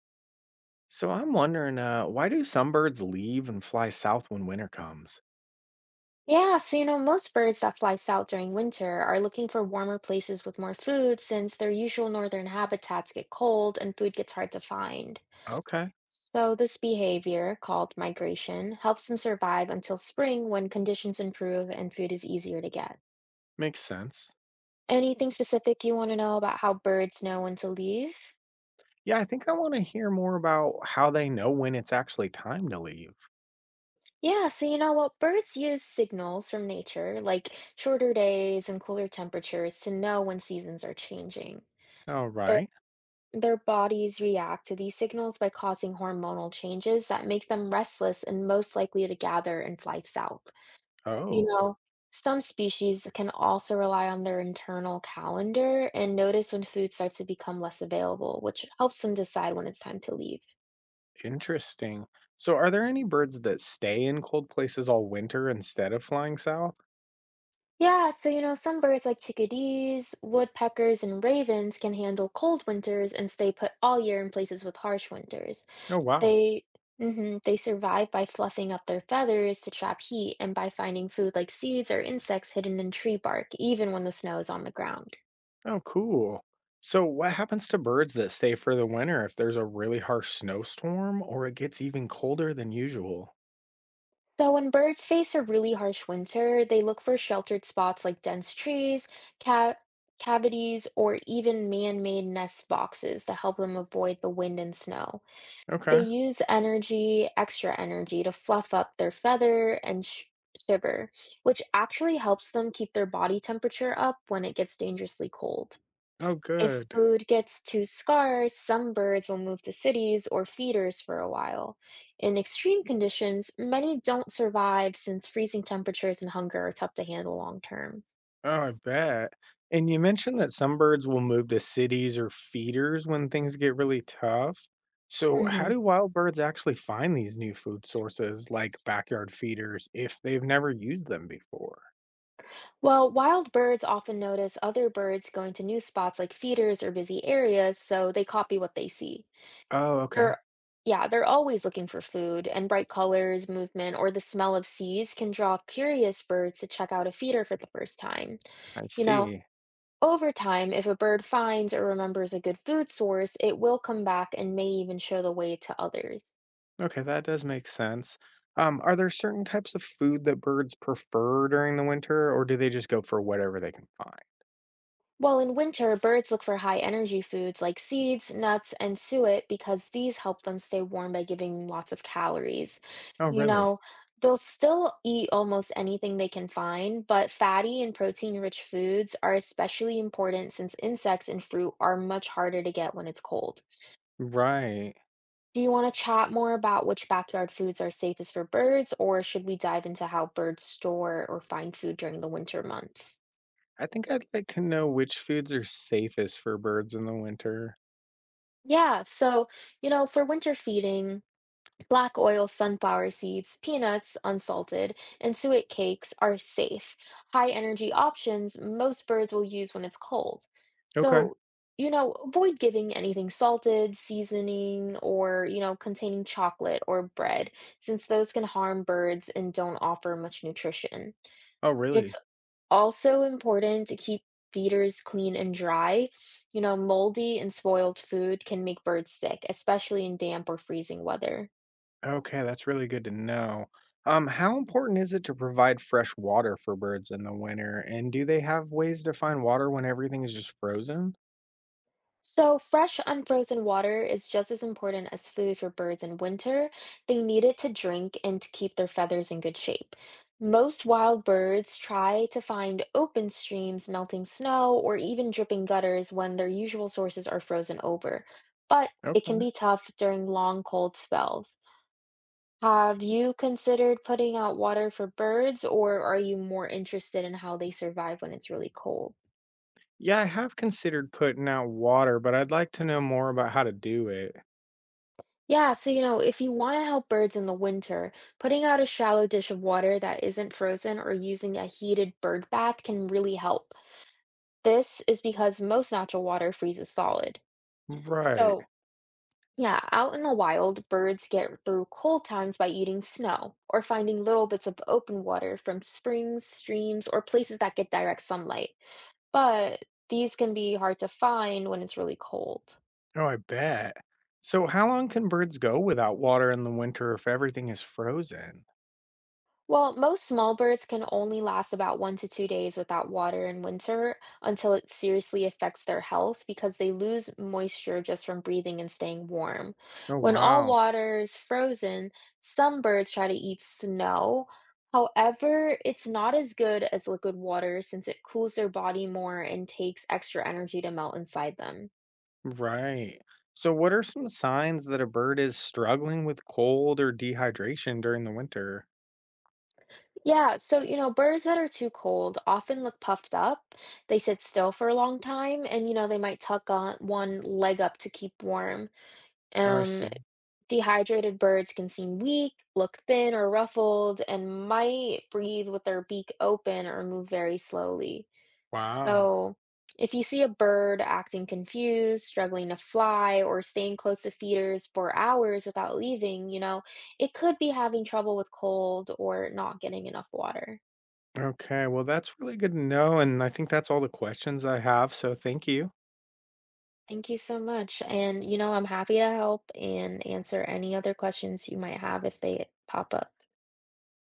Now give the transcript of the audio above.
So I'm wondering, why do some birds leave and fly south when winter comes? Yeah, so most birds that fly south during winter are looking for warmer places with more food since their usual northern habitats get cold and food gets hard to find. Okay, So, this behavior, called migration, helps them survive until spring when conditions improve and food is easier to get. makes sense. Anything specific you want to know about how birds know when to leave? Yeah, I think I want to hear more about how they know when it's actually time to leave. Yeah, so you know what? Birds use signals from nature, like shorter days and cooler temperatures, to know when seasons are changing. All right. Their bodies react to these signals by causing hormonal changes that make them restless and most likely to gather and fly south. You Oh, know, some species can also rely on their internal calendar and notice when food starts to become less available, which helps them decide when it's time to leave. interesting. So are there any birds that stay in cold places all winter instead of flying south? Yeah, so some birds like chickadees, woodpeckers, and ravens can handle cold winters and stay put all year in places with harsh winters. Oh, wow. They mhm, they survive by fluffing up their feathers to trap heat and by finding food like seeds or insects hidden in tree bark, even when the snow is on the ground. Oh, cool. So what happens to birds that stay for the winter if there's a really harsh snowstorm or it gets even colder than usual? So when birds face a really harsh winter, they look for sheltered spots like dense trees, ca- cavities, or even man-made nest boxes to help them avoid the wind and snow. They Okay. use energy, extra energy, to fluff up their feather and shiver, which actually helps them keep their body temperature up when it gets dangerously cold. Oh, If good. food gets too scarce, some birds will move to cities or feeders for a while. In extreme conditions, many don't survive since freezing temperatures and hunger are tough to handle long term. Oh, I bet. And you mentioned that some birds will move to cities or feeders when things get really tough. So, how hmm do wild birds actually find these new food sources like backyard feeders if they've never used them before? Well, wild birds often notice other birds going to new spots like feeders or busy areas, so they copy what they see. Oh, okay. They're Yeah, they're always looking for food, and bright colors, movement, or the smell of seeds can draw curious birds to check out a feeder for the first time. I You know, see. over time, if a bird finds or remembers a good food source, it will come back and may even show the way to others. Okay, that does make sense. Are there certain types of food that birds prefer during the winter, or do they just go for whatever they can find? While in winter, birds look for high energy foods like seeds, nuts, and suet because these help them stay warm by giving them lots of calories. Oh, You really? know, they'll still eat almost anything they can find, but fatty and protein-rich foods are especially important since insects and fruit are much harder to get when it's cold. Right. Do you want to chat more about which backyard foods are safest for birds, or should we dive into how birds store or find food during the winter months? I think I'd like to know which foods are safest for birds in the winter. Yeah, so, for winter feeding, Black oil sunflower seeds, peanuts, unsalted, and suet cakes are safe, high energy options most birds will use when it's cold. Okay. So, avoid giving anything salted, seasoning, or, containing chocolate or bread, since those can harm birds and don't offer much nutrition. Oh, It's really? also important to keep feeders clean and dry. Moldy and spoiled food can make birds sick, especially in damp or freezing weather. Okay, that's really good to know. How important is it to provide fresh water for birds in the winter? And do they have ways to find water when everything is just frozen? So, fresh, unfrozen water is just as important as food for birds in winter. They need it to drink and to keep their feathers in good shape. Most wild birds try to find open streams, melting snow, or even dripping gutters when their usual sources are frozen over. But it can Okay. be tough during long, cold spells. Have you considered putting out water for birds, or are you more interested in how they survive when it's really cold? Yeah, I have considered putting out water, but I'd like to know more about how to do it. Yeah, so if you want to help birds in the winter, putting out a shallow dish of water that isn't frozen or using a heated bird bath can really help. This is because most natural water freezes solid. Right. So, yeah, out in the wild, birds get through cold times by eating snow or finding little bits of open water from springs, streams, or places that get direct sunlight. But these can be hard to find when it's really cold. Oh, I bet. So, how long can birds go without water in the winter if everything is frozen? Well, most small birds can only last about 1 to 2 days without water in winter until it seriously affects their health because they lose moisture just from breathing and staying warm. Oh, When all wow. water is frozen, some birds try to eat snow. However, it's not as good as liquid water since it cools their body more and takes extra energy to melt inside them. Right. So, what are some signs that a bird is struggling with cold or dehydration during the winter? Yeah, so birds that are too cold often look puffed up. They sit still for a long time, and they might tuck on one leg up to keep warm. Oh, I Um, see. dehydrated birds can seem weak, look thin or ruffled, and might breathe with their beak open or move very slowly. Wow. So, if you see a bird acting confused, struggling to fly, or staying close to feeders for hours without leaving, it could be having trouble with cold or not getting enough water. Okay. Well, that's really good to know. And I think that's all the questions I have. So thank you. Thank you so much. And, I'm happy to help and answer any other questions you might have if they pop up.